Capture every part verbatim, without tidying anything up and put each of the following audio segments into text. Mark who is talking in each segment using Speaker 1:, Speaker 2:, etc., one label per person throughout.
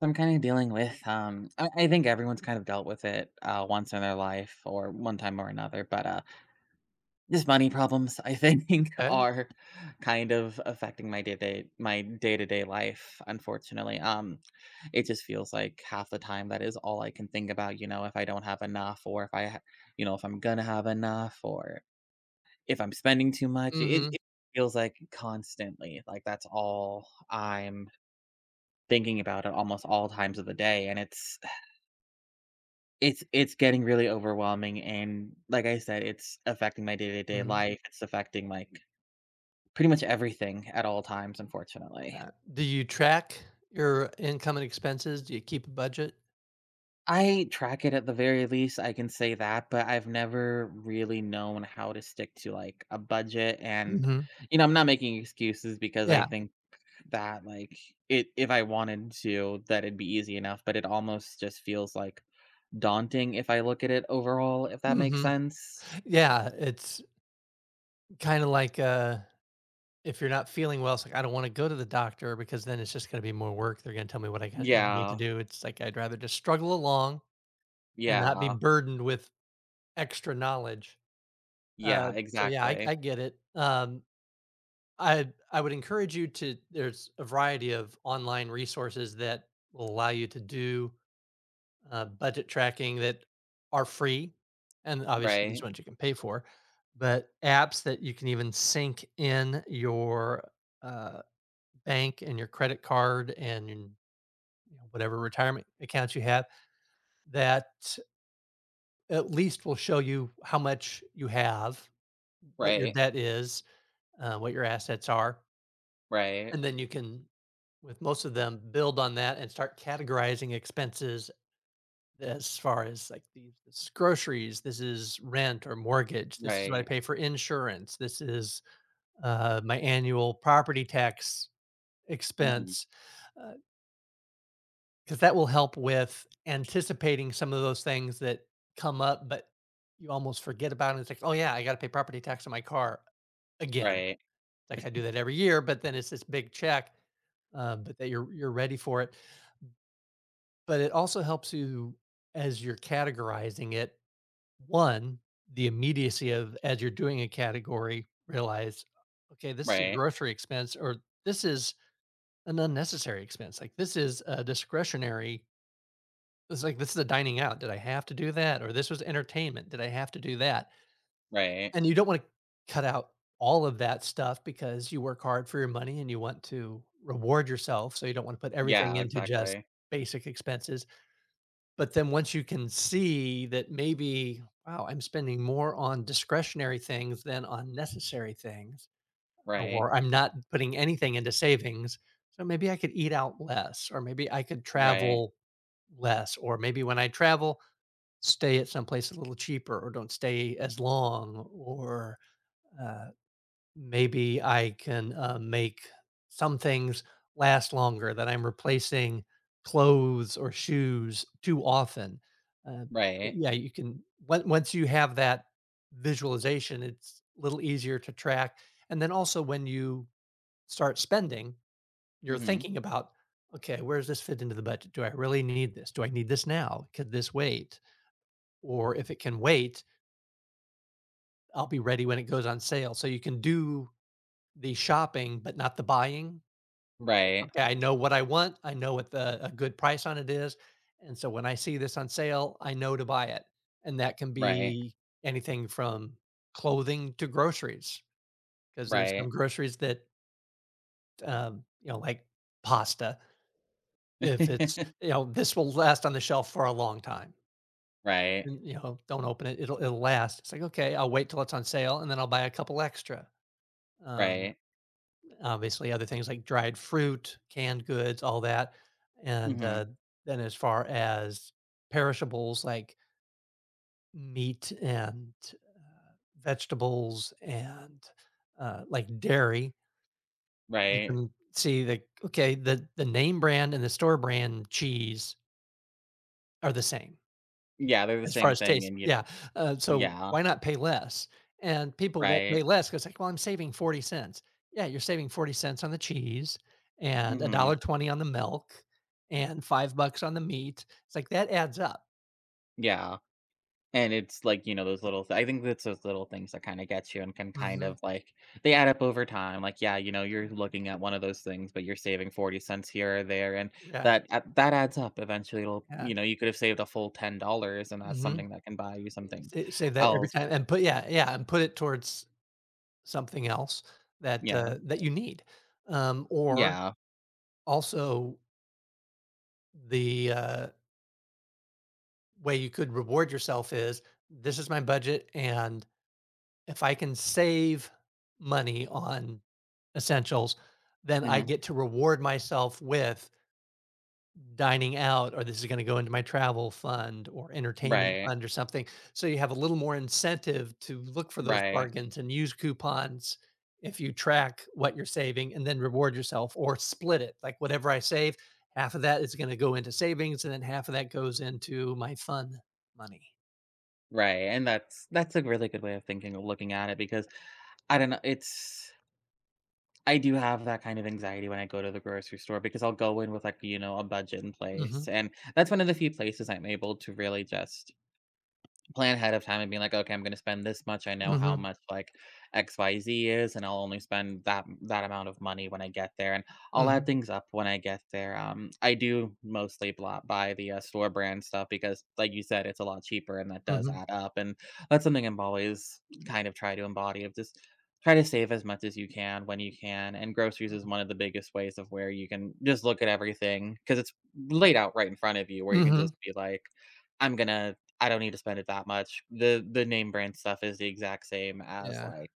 Speaker 1: So, I'm kind of dealing with, um, I, I think everyone's kind of dealt with it uh, once in their life or one time or another, but uh, just money problems, I think,
Speaker 2: Okay.
Speaker 1: are kind of affecting my day to day my day to day life. Unfortunately, um, it just feels like half the time that is all I can think about. You know, if I don't have enough, or if I, ha- you know, if I'm gonna have enough, or if I'm spending too much, it,
Speaker 2: Mhm,
Speaker 1: it feels like constantly like that's all I'm thinking about at almost all times of the day, and it's It's it's getting really overwhelming, and like I said, it's affecting my day-to-day
Speaker 2: mhm.
Speaker 1: life, it's affecting, like, pretty much everything at all times, unfortunately.
Speaker 2: Uh, do you track your income and expenses? Do you keep a budget?
Speaker 1: I track it at the very least, I can say that, but I've never really known how to stick to, like, a budget and,
Speaker 2: Mhm.
Speaker 1: you know, I'm not making excuses because I
Speaker 2: Yeah.
Speaker 1: think that, like, it if I wanted to, that it'd be easy enough, but it almost just feels, like, daunting if I look at it overall, if that makes
Speaker 2: Mhm.
Speaker 1: sense.
Speaker 2: Yeah, it's kinda like, uh, if you're not feeling well, it's like, "I don't wanna go to the doctor because then it's just gonna be more work. They're gonna tell me what I got what I need to
Speaker 1: Yeah,
Speaker 2: do." It's like, I'd rather just struggle along and not be
Speaker 1: yeah.
Speaker 2: burdened with extra knowledge. Uh,
Speaker 1: Yeah,
Speaker 2: so yeah, I I
Speaker 1: exactly.
Speaker 2: get it. Um, I I would encourage you to there's a variety of online resources that will allow you to do uh, budget tracking that are free, and obviously there's
Speaker 1: Right,
Speaker 2: ones you can pay for, but apps that you can even sync in your uh, bank and your credit card and your, you know, whatever retirement accounts you have that at least will show you how much you have, what your
Speaker 1: right,
Speaker 2: debt is, uh, what your assets are,
Speaker 1: right,
Speaker 2: and then you can with most of them build on that and start categorizing expenses. As far as, like, these this groceries, this is rent or mortgage, this is what I
Speaker 1: right.
Speaker 2: pay for insurance, this is, uh, my annual property tax
Speaker 1: Mhm.
Speaker 2: expense, because that will help with anticipating some of those things that come up, but you almost forget about it. It's like, "Oh, yeah, I gotta pay property tax on my car again."
Speaker 1: Right,
Speaker 2: Like, I do that every year, but then it's this big check, uh, but that you're you're ready for it. But it also helps you as you're categorizing it. One, the immediacy of as you're doing a category, realize, okay, this is a
Speaker 1: right,
Speaker 2: grocery expense or this is an unnecessary expense. Like this is a discretionary. It's like this is a dining out. Did I have to do that? Or this was entertainment. Did I have to do that?
Speaker 1: right.
Speaker 2: And you don't want to cut out all of that stuff because you work hard for your money and you want to reward yourself. So you don't want to put everything
Speaker 1: Yeah,
Speaker 2: into just
Speaker 1: exactly.
Speaker 2: basic expenses. But then once you can see that maybe, wow, I'm spending more on discretionary things than on necessary things,
Speaker 1: Right,
Speaker 2: or I'm not putting anything into savings, so maybe I could eat out less, or maybe I could
Speaker 1: right,
Speaker 2: travel less, or maybe when I travel, stay at someplace a little cheaper, or don't stay as long, or uh, maybe I can, uh, make some things last longer, that I'm replacing clothes or shoes too often. Uh,
Speaker 1: right.
Speaker 2: yeah, you can on once you have that visualization, it's a little easier to track, and then also when you start spending, you're
Speaker 1: Mhm.
Speaker 2: thinking about, "Okay, where does this fit into the budget? Do I really need this? Do I need this now? Could this wait? Or if it can wait, I'll be ready when it goes on sale." So you can do the shopping, but not the buying. Like,
Speaker 1: Right,
Speaker 2: okay, I know what I want. I know what the a good price on it is. And so when I see this on sale, I know to buy it. And that can
Speaker 1: right,
Speaker 2: be anything from clothing to groceries, because there's some
Speaker 1: right.
Speaker 2: groceries that, um, you know, like pasta, if it's, you know, this will last on the shelf for a long time.
Speaker 1: Right,
Speaker 2: And, you know, don't open it. It'll it'll last. It's like, okay, I'll wait till it's on sale and then I'll buy a couple extra. Um,
Speaker 1: right.
Speaker 2: Obviously, other things like dried fruit, canned goods, all that, and,
Speaker 1: Mhm.
Speaker 2: uh, then as far as perishables like meat and vegetables and, uh, like dairy, you
Speaker 1: Right.
Speaker 2: can see that, okay, the the name brand and the store brand cheese are the same.
Speaker 1: Yeah, they're the
Speaker 2: As far
Speaker 1: same
Speaker 2: as
Speaker 1: thing
Speaker 2: taste,
Speaker 1: and you
Speaker 2: yeah, uh, so
Speaker 1: yeah,
Speaker 2: why not pay less? And people won't
Speaker 1: right.
Speaker 2: pay less because, like, "Well, I'm saving forty cents." Yeah, you're saving forty cents on the cheese and a
Speaker 1: Mhm.
Speaker 2: dollar twenty on the milk and five bucks on the meat. It's like that adds up.
Speaker 1: Yeah. And it's like, you know, those little th- I think that's those little things that kinda gets you and can kind
Speaker 2: Mhm.
Speaker 1: of, like they add up over time. Like, yeah, you know, you're looking at one of those things, but you're saving forty cents here or there, and
Speaker 2: Yeah,
Speaker 1: that a that adds up. Eventually, it'll
Speaker 2: yeah.
Speaker 1: you know, you could have saved a full ten dollars and that's
Speaker 2: Mhm.
Speaker 1: something that can buy you something
Speaker 2: Sa save that every
Speaker 1: else.
Speaker 2: time and put, yeah, yeah, and put it towards something else that,
Speaker 1: Yeah.
Speaker 2: uh, that you need. Um, or
Speaker 1: Yeah.
Speaker 2: also the, uh, way you could reward yourself is, "This is my budget, and if I can save money on essentials, then I
Speaker 1: Mhm.
Speaker 2: get to reward myself with dining out, or this is gonna go into my travel fund or entertainment
Speaker 1: Right.
Speaker 2: fund or something." So you have a little more incentive to look for those
Speaker 1: Right.
Speaker 2: bargains and use coupons if you track what you're saving and then reward yourself or split it. Like whatever I save, half of that is gonna go into savings and then half of that goes into my fun money.
Speaker 1: Right. And that's that's a really good way of thinking of looking at it because I don't know, it's I do have that kind of anxiety when I go to the grocery store because I'll go in with like, you know, a budget in place.
Speaker 2: Mm.
Speaker 1: And that's one of the few places I'm able to really just plan ahead of time and being like, "Okay, I'm gonna spend this much. I know how
Speaker 2: Mhm.
Speaker 1: much like X Y Z is, and I'll only spend that that amount of money when I get there, and
Speaker 2: Mhm.
Speaker 1: I'll add
Speaker 2: Mhm.
Speaker 1: things up when I get there." Um, I do mostly blo- buy the uh, store brand stuff because, like you said, it's a lot cheaper, and that does
Speaker 2: Mhm.
Speaker 1: add up. And that's something I'm always kind of try to embody of just try to save as much as you can when you can. And groceries is
Speaker 2: Mhm.
Speaker 1: one of the biggest ways of where you can just look at everything because it's laid out right in front of you, where
Speaker 2: Mm.
Speaker 1: you can
Speaker 2: Mhm.
Speaker 1: just be like. I'm gonna I don't need to spend it that much. The the name brand stuff is the exact same as,
Speaker 2: Yeah.
Speaker 1: like,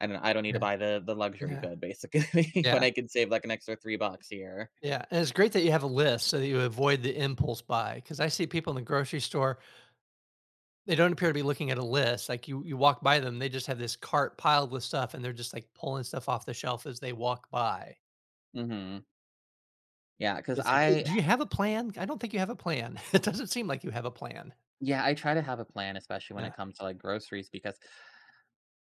Speaker 1: I don't I don't need to
Speaker 2: Yeah,
Speaker 1: buy the the luxury
Speaker 2: yeah,
Speaker 1: good basically when
Speaker 2: yeah,
Speaker 1: I can save, like, an extra three bucks here.
Speaker 2: yeah, and it's great that you have a list so that you avoid the impulse buy. Because I see people in the grocery store, they don't appear to be looking at a list, like, you you walk by them, they just have this cart piled with stuff, and they're just, like, pulling stuff off the shelf as they walk by.
Speaker 1: Mhm. because
Speaker 2: It's like, "Eh,
Speaker 1: I
Speaker 2: do you have a plan? I don't think you have a plan." It doesn't seem like you have a plan.
Speaker 1: yeah, I try to have a plan, especially when
Speaker 2: Yeah.
Speaker 1: it comes to, like, groceries because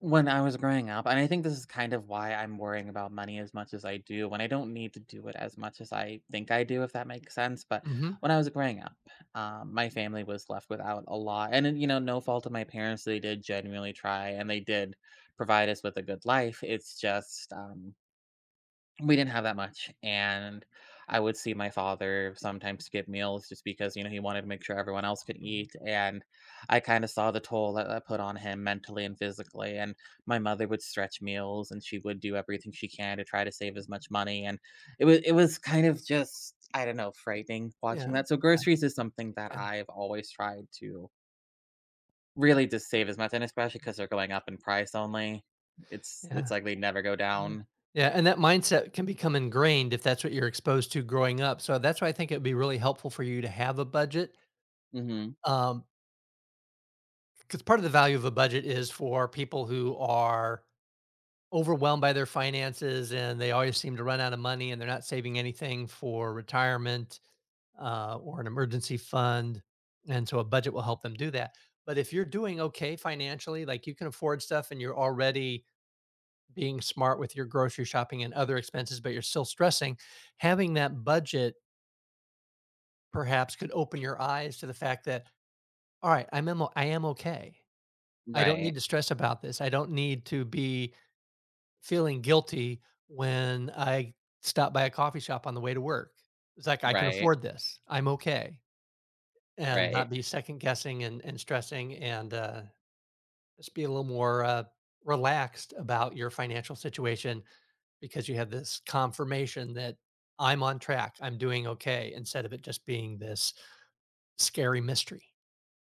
Speaker 1: when I was growing up and I think this is kind of why I'm worrying about money as much as I do, when I don't need to do it as much as I think I do, if that makes sense, but
Speaker 2: Mhm,
Speaker 1: when I was growing up, um, my family was left without a lot, and you know, no fault of my parents, they did genuinely try, and they did provide us with a good life, it's just, um we didn't have that much, and I would see my father sometimes skip meals just because, you know, he wanted to make sure everyone else could
Speaker 2: mhm.
Speaker 1: eat, and I kinda saw the toll that that put on him mentally and physically, and my mother would stretch meals, and she would do everything she can to try to save as much money, and it was it was kind of just, I don't know, frightening watching
Speaker 2: Yeah,
Speaker 1: that, so
Speaker 2: yeah,
Speaker 1: groceries is something that
Speaker 2: yeah,
Speaker 1: I've always tried to really just save as much, and especially because 'cause they're going up in price only. It's
Speaker 2: yeah,
Speaker 1: it's like they never go
Speaker 2: yeah.
Speaker 1: down.
Speaker 2: Yeah, and that mindset can become ingrained if that's what you're exposed to growing up, so that's why I think it'd be really helpful for you to have a budget,
Speaker 1: Mhm.
Speaker 2: um because part of the value of a budget is for people who are overwhelmed by their finances and they always seem to run out of money and they're not saving anything for retirement uh, or an emergency fund. And so a budget will help them do that. But if you're doing okay financially, like you can afford stuff and you're already being smart with your grocery shopping and other expenses, but you're still stressing, having that budget perhaps could open your eyes to the fact that, all right, I'm, emo- I am okay. I don't need
Speaker 1: Right.
Speaker 2: to stress about this. I don't need to be feeling guilty when I stop by a coffee shop on the way to work. It's like I can
Speaker 1: Right.
Speaker 2: afford this. I'm okay, and not
Speaker 1: Right,
Speaker 2: be second guessing and, and stressing, and uh, just be a little more uh, relaxed about your financial situation because you have this confirmation that I'm on track. I'm doing okay instead of it just being this scary mystery.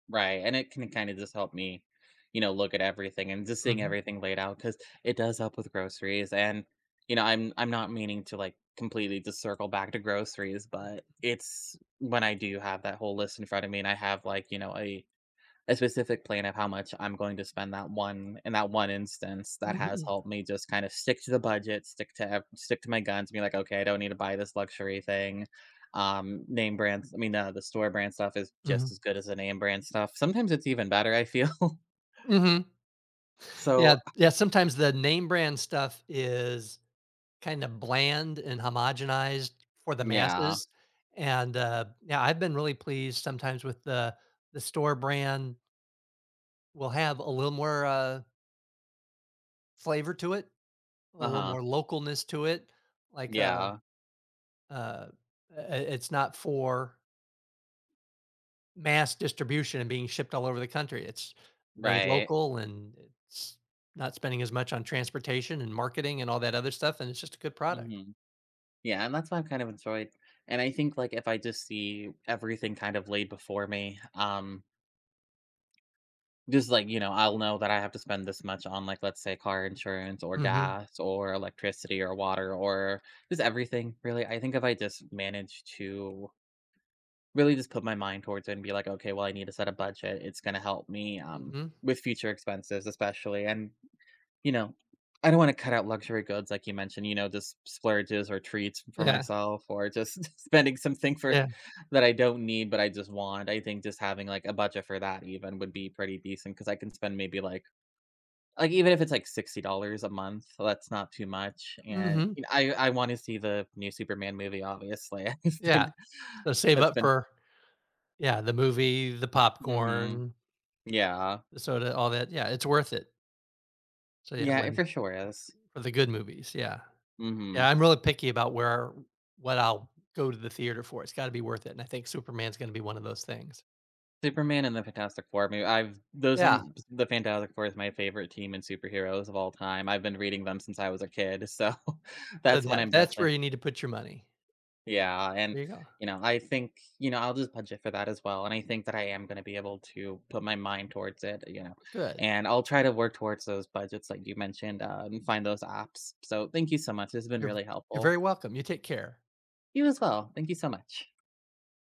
Speaker 1: right, and it can kinda just help me, you know, look at everything and just seeing
Speaker 2: Hmm.
Speaker 1: everything laid out because it does help with groceries, and, you know, I'm I'm not meaning to, like, completely just circle back to groceries, but it's when I do have that whole list in front of me and I have, like, you know, a a specific plan of how much I'm going to spend that one in that one instance that has
Speaker 2: Hmm.
Speaker 1: helped me just kind of stick to the budget, stick to ev- stick to my guns, be like, okay, I don't need to buy this luxury thing. Um, name brands, I mean, uh, the store brand stuff is just
Speaker 2: Hmm.
Speaker 1: as good as the name brand stuff. Sometimes it's even better, I feel.
Speaker 2: Hmm. Yeah,
Speaker 1: so
Speaker 2: yeah, sometimes the name brand stuff is kinda bland and homogenized for the
Speaker 1: yeah,
Speaker 2: masses, and, uh, yeah, I've been really pleased sometimes with the the store brand will have a little more, uh, flavor to it, a
Speaker 1: uh
Speaker 2: little
Speaker 1: huh,
Speaker 2: more localness to it, like, uh,
Speaker 1: yeah,
Speaker 2: uh, I it's not for mass distribution and being shipped all over the country, it's made
Speaker 1: right,
Speaker 2: local, and it's not spending as much on transportation and marketing and all that other stuff, and it's just a good product.
Speaker 1: hmm yeah, and that's why I've kind of enjoyed. And I think like if I just see everything kind of laid before me, um, just like, you know, I'll know that I have to spend this much on, like, let's say, car insurance or
Speaker 2: Mhm.
Speaker 1: gas or electricity or water or just everything, really. I think if I just manage to really just put my mind towards it and be like, okay, well, I need to set a budget, it's going to help me um,
Speaker 2: Mhm.
Speaker 1: with future expenses, especially. And you know, I don't wanna cut out luxury goods like you mentioned, you know, just splurges or treats for
Speaker 2: Yeah,
Speaker 1: myself or just spending something for
Speaker 2: yeah.
Speaker 1: that I don't need, but I just want. I think just having, like, a budget for that even would be pretty decent because I can spend maybe, like like, even if it's, like, sixty dollars a month, so that's not too much, and,
Speaker 2: Mhm.
Speaker 1: you know, I I wanna see the new Superman movie, obviously. It's been
Speaker 2: Yeah. So save
Speaker 1: that's
Speaker 2: up
Speaker 1: been
Speaker 2: for, yeah, the movie, the
Speaker 1: Mhm.
Speaker 2: popcorn,
Speaker 1: Yeah.
Speaker 2: the soda, all that. Yeah, it's worth it. So, yeah,
Speaker 1: Yeah, it
Speaker 2: when
Speaker 1: for sure is.
Speaker 2: for the good movies, yeah. Yeah,
Speaker 1: Mhm.
Speaker 2: I'm really picky about where what I'll go to the theater for. It's gotta be worth it, and I think Superman's gonna be one of those things.
Speaker 1: Superman and the Fantastic Four. Maybe I've those are
Speaker 2: Yeah,
Speaker 1: m the Fantastic Four is my favorite team in superheroes of all time. I've been reading them since I was a kid, so
Speaker 2: so
Speaker 1: that's when
Speaker 2: that
Speaker 1: I'm
Speaker 2: that's where
Speaker 1: definitely
Speaker 2: you need to put your money.
Speaker 1: yeah, and,
Speaker 2: There you go.
Speaker 1: you know, I think, you know, I'll just budget for that as well, and I think that I am gonna be able to put my mind towards it, you know,
Speaker 2: Good.
Speaker 1: and I'll try to work towards those budgets like you mentioned, uh, and find those apps. So, thank you so much. This has been
Speaker 2: You're
Speaker 1: really
Speaker 2: you're very
Speaker 1: helpful.
Speaker 2: welcome. You take care.
Speaker 1: You as well. Thank you so much.